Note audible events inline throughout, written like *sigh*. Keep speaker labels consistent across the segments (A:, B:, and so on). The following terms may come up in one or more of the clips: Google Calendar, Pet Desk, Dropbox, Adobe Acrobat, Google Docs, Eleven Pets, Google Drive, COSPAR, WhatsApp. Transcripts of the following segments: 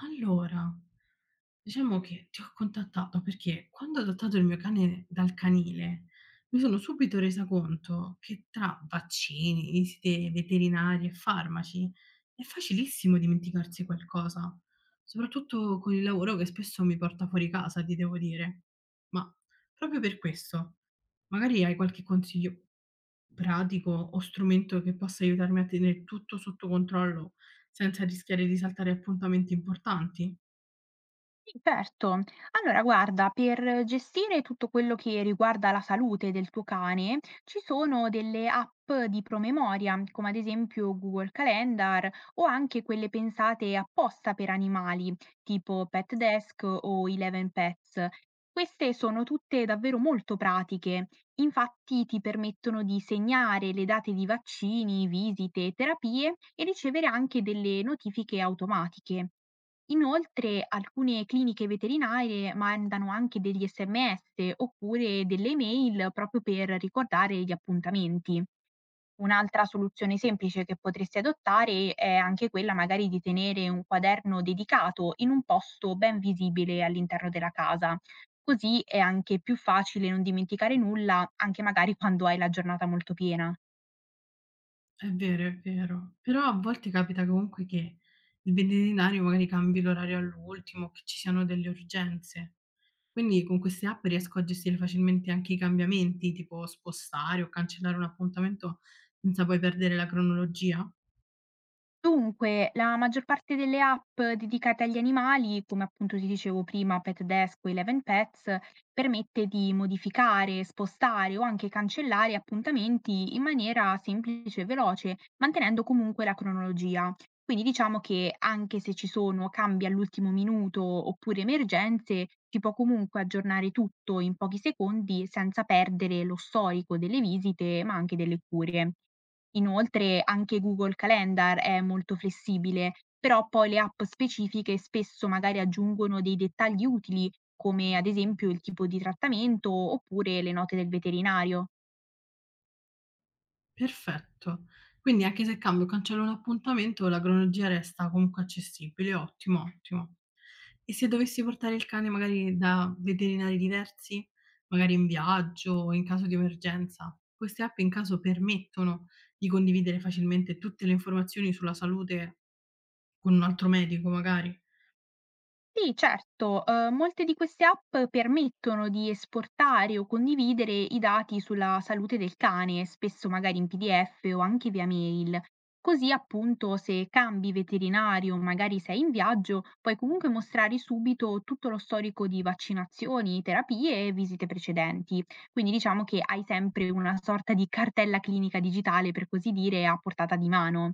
A: Allora, diciamo che ti ho contattato perché quando ho adottato il mio cane dal canile, mi sono subito resa conto che tra vaccini, visite veterinarie e farmaci è facilissimo dimenticarsi qualcosa, soprattutto con il lavoro che spesso mi porta fuori casa, ti devo dire. Ma proprio per questo, magari hai qualche consiglio pratico o strumento che possa aiutarmi a tenere tutto sotto controllo senza rischiare di saltare appuntamenti importanti.
B: Sì, certo. Allora, guarda, per gestire tutto quello che riguarda la salute del tuo cane, ci sono delle app di promemoria, come ad esempio Google Calendar o anche quelle pensate apposta per animali, tipo Pet Desk o Eleven Pets. Queste sono tutte davvero molto pratiche. Infatti ti permettono di segnare le date di vaccini, visite, terapie e ricevere anche delle notifiche automatiche. Inoltre alcune cliniche veterinarie mandano anche degli SMS oppure delle email proprio per ricordare gli appuntamenti. Un'altra soluzione semplice che potresti adottare è anche quella magari di tenere un quaderno dedicato in un posto ben visibile all'interno della casa. Così è anche più facile non dimenticare nulla, anche magari quando hai la giornata molto piena.
A: È vero, è vero. Però a volte capita comunque che il veterinario magari cambi l'orario all'ultimo, che ci siano delle urgenze. Quindi con queste app riesco a gestire facilmente anche i cambiamenti, tipo spostare o cancellare un appuntamento senza poi perdere la cronologia?
B: Dunque, la maggior parte delle app dedicate agli animali, come appunto ti dicevo prima, Petdesk o Eleven Pets, permette di modificare, spostare o anche cancellare appuntamenti in maniera semplice e veloce, mantenendo comunque la cronologia. Quindi diciamo che anche se ci sono cambi all'ultimo minuto oppure emergenze, si può comunque aggiornare tutto in pochi secondi senza perdere lo storico delle visite, ma anche delle cure. Inoltre anche Google Calendar è molto flessibile, però poi le app specifiche spesso magari aggiungono dei dettagli utili, come ad esempio il tipo di trattamento oppure le note del veterinario.
A: Perfetto. Quindi anche se cambio o cancello un appuntamento, la cronologia resta comunque accessibile, ottimo, ottimo. E se dovessi portare il cane magari da veterinari diversi, magari in viaggio o in caso di emergenza, queste app in caso permettono di condividere facilmente tutte le informazioni sulla salute con un altro medico magari?
B: Sì, certo, molte di queste app permettono di esportare o condividere i dati sulla salute del cane, spesso magari in PDF o anche via mail. Così appunto se cambi veterinario, magari sei in viaggio, puoi comunque mostrare subito tutto lo storico di vaccinazioni, terapie e visite precedenti. Quindi diciamo che hai sempre una sorta di cartella clinica digitale, per così dire, a portata di mano.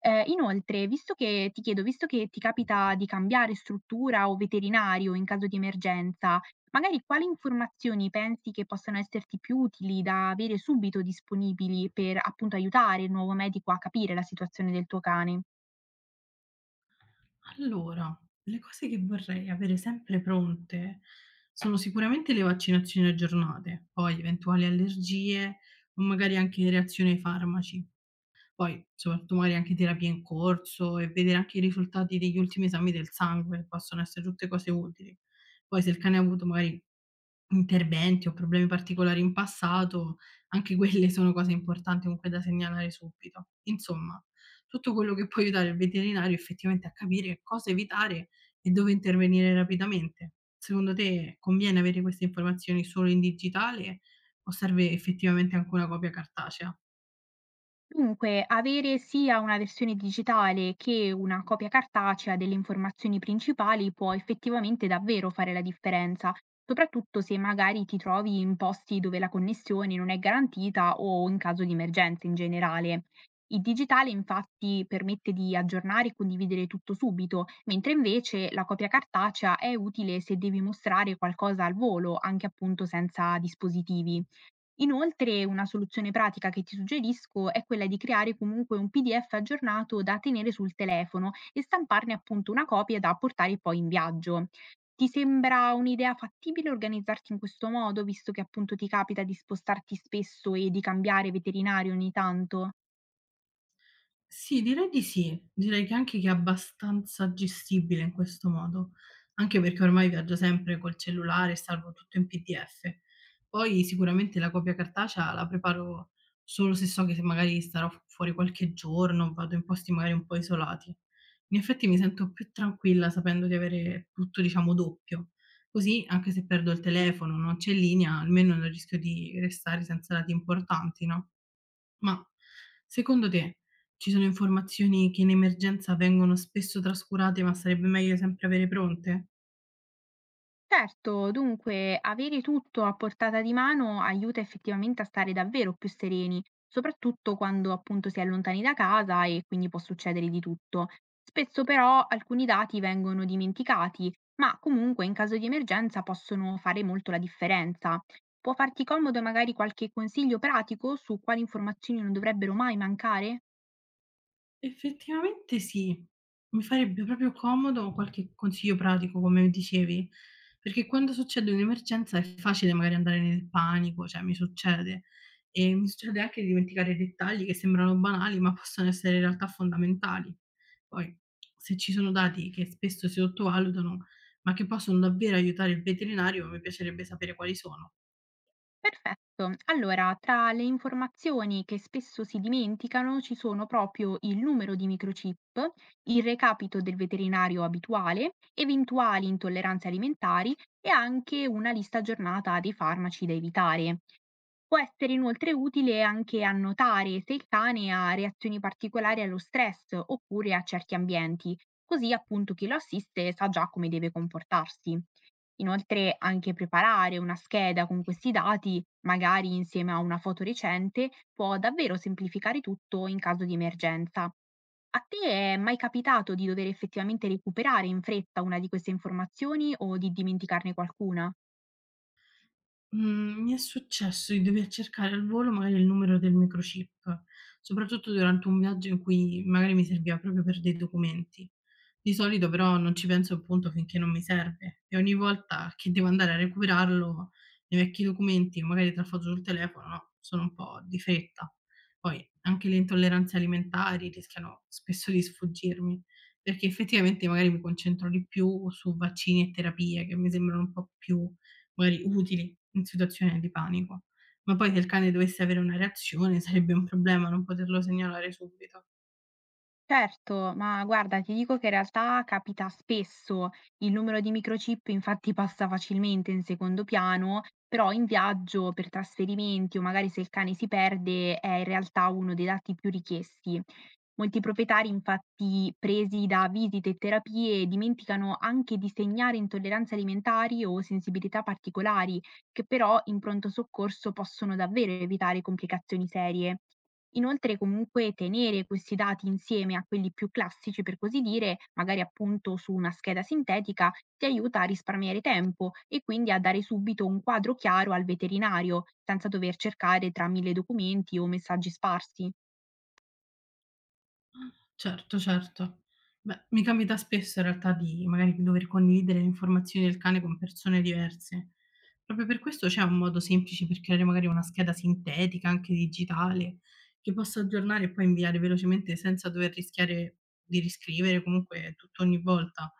B: Inoltre, visto che ti chiedo, visto che ti capita di cambiare struttura o veterinario in caso di emergenza, magari quali informazioni pensi che possano esserti più utili da avere subito disponibili per, appunto, aiutare il nuovo medico a capire la situazione del tuo cane?
A: Allora, le cose che vorrei avere sempre pronte sono sicuramente le vaccinazioni aggiornate, poi eventuali allergie o magari anche reazioni ai farmaci. Poi soprattutto magari anche terapie in corso e vedere anche i risultati degli ultimi esami del sangue, possono essere tutte cose utili. Poi se il cane ha avuto magari interventi o problemi particolari in passato, anche *laughs* quelle sono cose importanti comunque da segnalare subito. Insomma, tutto quello che può aiutare il veterinario effettivamente a capire cosa evitare e dove intervenire rapidamente. Secondo te conviene avere queste informazioni solo in digitale o serve effettivamente anche una copia cartacea?
B: Dunque, avere sia una versione digitale che una copia cartacea delle informazioni principali può effettivamente davvero fare la differenza, soprattutto se magari ti trovi in posti dove la connessione non è garantita o in caso di emergenza in generale. Il digitale infatti permette di aggiornare e condividere tutto subito, mentre invece la copia cartacea è utile se devi mostrare qualcosa al volo, anche appunto senza dispositivi. Inoltre una soluzione pratica che ti suggerisco è quella di creare comunque un PDF aggiornato da tenere sul telefono e stamparne appunto una copia da portare poi in viaggio. Ti sembra un'idea fattibile organizzarti in questo modo, visto che appunto ti capita di spostarti spesso e di cambiare veterinario ogni tanto?
A: Sì, direi di sì. Direi che anche che è abbastanza gestibile in questo modo, anche perché ormai viaggio sempre col cellulare e salvo tutto in PDF. Poi sicuramente la copia cartacea la preparo solo se so che se magari starò f fuori qualche giorno, vado in posti magari un po' isolati. In effetti mi sento più tranquilla sapendo di avere tutto, diciamo, doppio. Così anche se perdo il telefono, non c'è linea, almeno non rischio di restare senza dati importanti, no? Ma secondo te ci sono informazioni che in emergenza vengono spesso trascurate, ma sarebbe meglio sempre avere pronte?
B: Certo, dunque avere tutto a portata di mano aiuta effettivamente a stare davvero più sereni, soprattutto quando appunto si è lontani da casa e quindi può succedere di tutto. Spesso però alcuni dati vengono dimenticati, ma comunque in caso di emergenza possono fare molto la differenza. Può farti comodo magari qualche consiglio pratico su quali informazioni non dovrebbero mai mancare?
A: Effettivamente sì, mi farebbe proprio comodo qualche consiglio pratico, come dicevi, perché quando succede un'emergenza è facile magari andare nel panico, cioè mi succede. E mi succede anche di dimenticare dettagli che sembrano banali, ma possono essere in realtà fondamentali. Poi, se ci sono dati che spesso si sottovalutano, ma che possono davvero aiutare il veterinario, mi piacerebbe sapere quali sono.
B: Perfetto. Allora, tra le informazioni che spesso si dimenticano ci sono proprio il numero di microchip, il recapito del veterinario abituale, eventuali intolleranze alimentari e anche una lista aggiornata dei farmaci da evitare. Può essere inoltre utile anche annotare se il cane ha reazioni particolari allo stress oppure a certi ambienti, così appunto chi lo assiste sa già come deve comportarsi. Inoltre anche preparare una scheda con questi dati, magari insieme a una foto recente, può davvero semplificare tutto in caso di emergenza. A te è mai capitato di dover effettivamente recuperare in fretta una di queste informazioni o di dimenticarne qualcuna?
A: Mhmm, Mi è successo di dover cercare al volo magari il numero del microchip, soprattutto durante un viaggio in cui magari mi serviva proprio per dei documenti. Di solito però non ci penso appunto finché non mi serve e ogni volta che devo andare a recuperarlo nei vecchi documenti, magari te lo faccio sul telefono, no, sono un po' di fretta. Poi anche le intolleranze alimentari rischiano spesso di sfuggirmi, perché effettivamente magari mi concentro di più su vaccini e terapie che mi sembrano un po' più magari utili in situazione di panico. Ma poi se il cane dovesse avere una reazione sarebbe un problema non poterlo segnalare subito.
B: Certo, ma guarda, ti dico che in realtà capita spesso. Il numero di microchip infatti passa facilmente in secondo piano, però in viaggio per trasferimenti o magari se il cane si perde è in realtà uno dei dati più richiesti. Molti proprietari infatti presi da visite e terapie dimenticano anche di segnare intolleranze alimentari o sensibilità particolari che però in pronto soccorso possono davvero evitare complicazioni serie. Inoltre comunque tenere questi dati insieme a quelli più classici, per così dire, magari appunto su una scheda sintetica, ti aiuta a risparmiare tempo e quindi a dare subito un quadro chiaro al veterinario, senza dover cercare tra mille documenti o messaggi sparsi.
A: Certo, certo. Beh, mi capita spesso in realtà di magari dover condividere le informazioni del cane con persone diverse. Proprio per questo c'è un modo semplice per creare magari una scheda sintetica, anche digitale, che possa aggiornare e poi inviare velocemente senza dover rischiare di riscrivere comunque tutto ogni volta.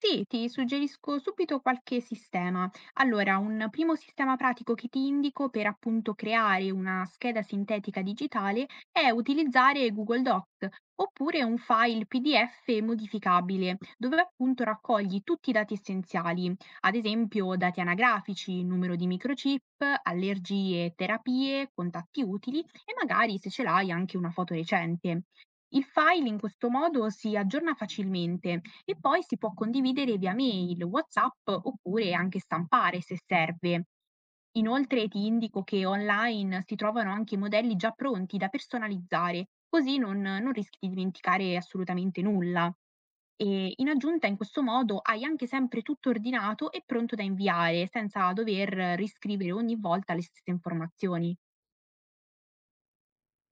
B: Sì, ti suggerisco subito qualche sistema. Allora, un primo sistema pratico che ti indico per appunto creare una scheda sintetica digitale è utilizzare Google Docs oppure un file PDF modificabile, dove appunto raccogli tutti i dati essenziali, ad esempio dati anagrafici, numero di microchip, allergie, terapie, contatti utili e magari se ce l'hai anche una foto recente. Il file in questo modo si aggiorna facilmente e poi si può condividere via mail, WhatsApp oppure anche stampare se serve. Inoltre ti indico che online si trovano anche modelli già pronti da personalizzare, così non rischi di dimenticare assolutamente nulla. E in aggiunta, in questo modo hai anche sempre tutto ordinato e pronto da inviare, senza dover riscrivere ogni volta le stesse informazioni.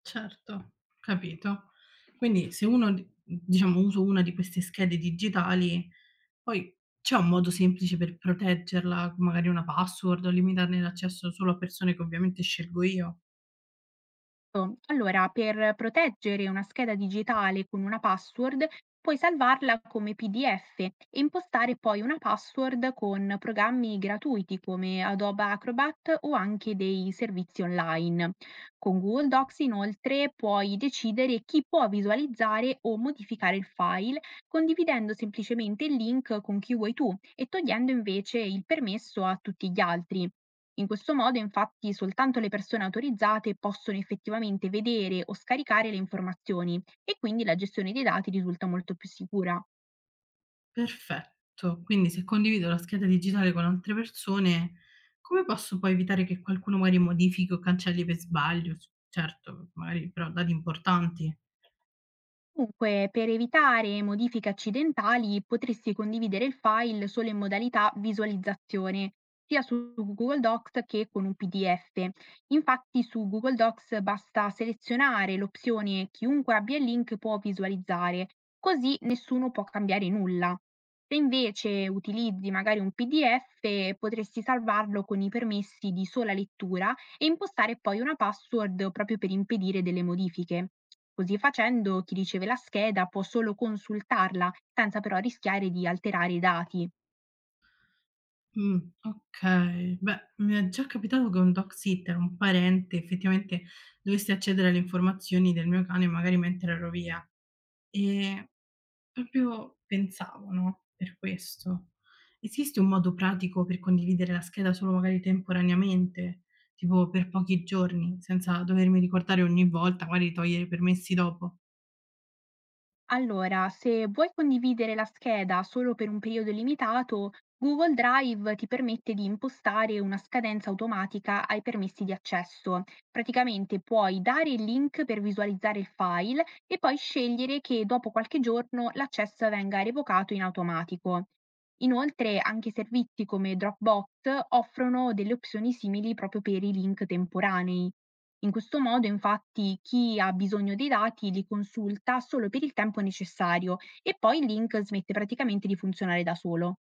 A: Certo, capito. Quindi se uno d diciamo, uso una di queste schede digitali, poi c'è un modo semplice per proteggerla, magari una password o limitarne l'accesso solo a persone che ovviamente scelgo io?
B: Certo. Allora, per proteggere una scheda digitale con una password, puoi salvarla come PDF e impostare poi una password con programmi gratuiti come Adobe Acrobat o anche dei servizi online. Con Google Docs, inoltre, puoi decidere chi può visualizzare o modificare il file condividendo semplicemente il link con chi vuoi tu e togliendo invece il permesso a tutti gli altri. In questo modo, infatti, soltanto le persone autorizzate possono effettivamente vedere o scaricare le informazioni e quindi la gestione dei dati risulta molto più sicura.
A: Perfetto, quindi se condivido la scheda digitale con altre persone, come posso poi evitare che qualcuno magari modifichi o cancelli per sbaglio? S Certo, magari però dati importanti.
B: Comunque, per evitare modifiche accidentali, potresti condividere il file solo in modalità visualizzazione, sia su Google Docs che con un PDF. Infatti, su Google Docs basta selezionare l'opzione chiunque abbia il link può visualizzare, così nessuno può cambiare nulla. Se invece utilizzi magari un PDF, potresti salvarlo con i permessi di sola lettura e impostare poi una password proprio per impedire delle modifiche. Così facendo, chi riceve la scheda può solo consultarla, senza però rischiare di alterare i dati.
A: Mh, okay. Beh, mi è già capitato che un dog sitter, un parente, effettivamente dovesse accedere alle informazioni del mio cane magari mentre ero via e proprio pensavo, no, per questo. Esiste un modo pratico per condividere la scheda solo magari temporaneamente, tipo per pochi giorni, senza dovermi ricordare ogni volta, magari togliere i permessi dopo?
B: Allora, se vuoi condividere la scheda solo per un periodo limitato, Google Drive ti permette di impostare una scadenza automatica ai permessi di accesso. Praticamente puoi dare il link per visualizzare il file e poi scegliere che dopo qualche giorno l'accesso venga revocato in automatico. Inoltre, anche servizi come Dropbox offrono delle opzioni simili proprio per i link temporanei. In questo modo, infatti, chi ha bisogno dei dati li consulta solo per il tempo necessario e poi il link smette praticamente di funzionare da solo.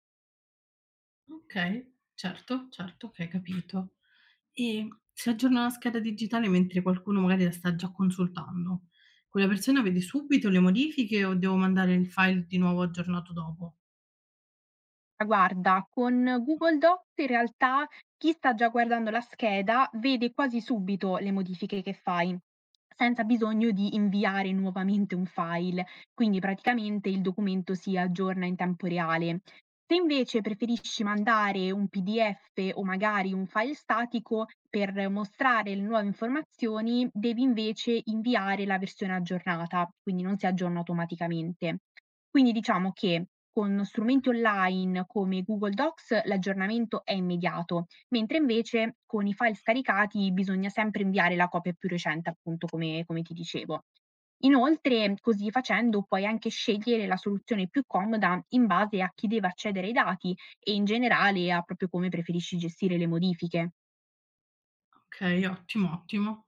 A: Okay, certo, certo, okay, capito. E si aggiorna la scheda digitale mentre qualcuno magari la sta già consultando. Quella persona vede subito le modifiche o devo mandare il file di nuovo aggiornato dopo?
B: Ma guarda, con Google Docs in realtà chi sta già guardando la scheda vede quasi subito le modifiche che fai, senza bisogno di inviare nuovamente un file, quindi praticamente il documento si aggiorna in tempo reale. Se invece preferisci mandare un PDF o magari un file statico per mostrare le nuove informazioni, devi invece inviare la versione aggiornata, quindi non si aggiorna automaticamente. Quindi diciamo che con strumenti online come Google Docs l'aggiornamento è immediato, mentre invece con i file scaricati bisogna sempre inviare la copia più recente, appunto come ti dicevo. Inoltre, così facendo, puoi anche scegliere la soluzione più comoda in base a chi deve accedere ai dati e in generale a proprio come preferisci gestire le modifiche.
A: Okay, ottimo, ottimo.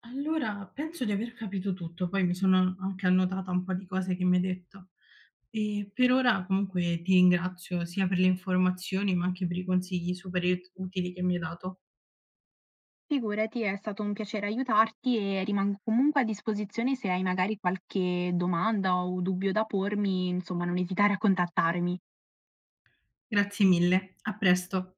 A: Allora penso di aver capito tutto, poi mi sono anche annotata un po' di cose che mi hai detto. E per ora comunque ti ringrazio sia per le informazioni, ma anche per i consigli super ut utili che mi hai dato.
B: Figurati, è stato un piacere aiutarti e rimango comunque a disposizione se hai magari qualche domanda o dubbio da pormi, insomma, non esitare a contattarmi.
A: Grazie mille, a presto.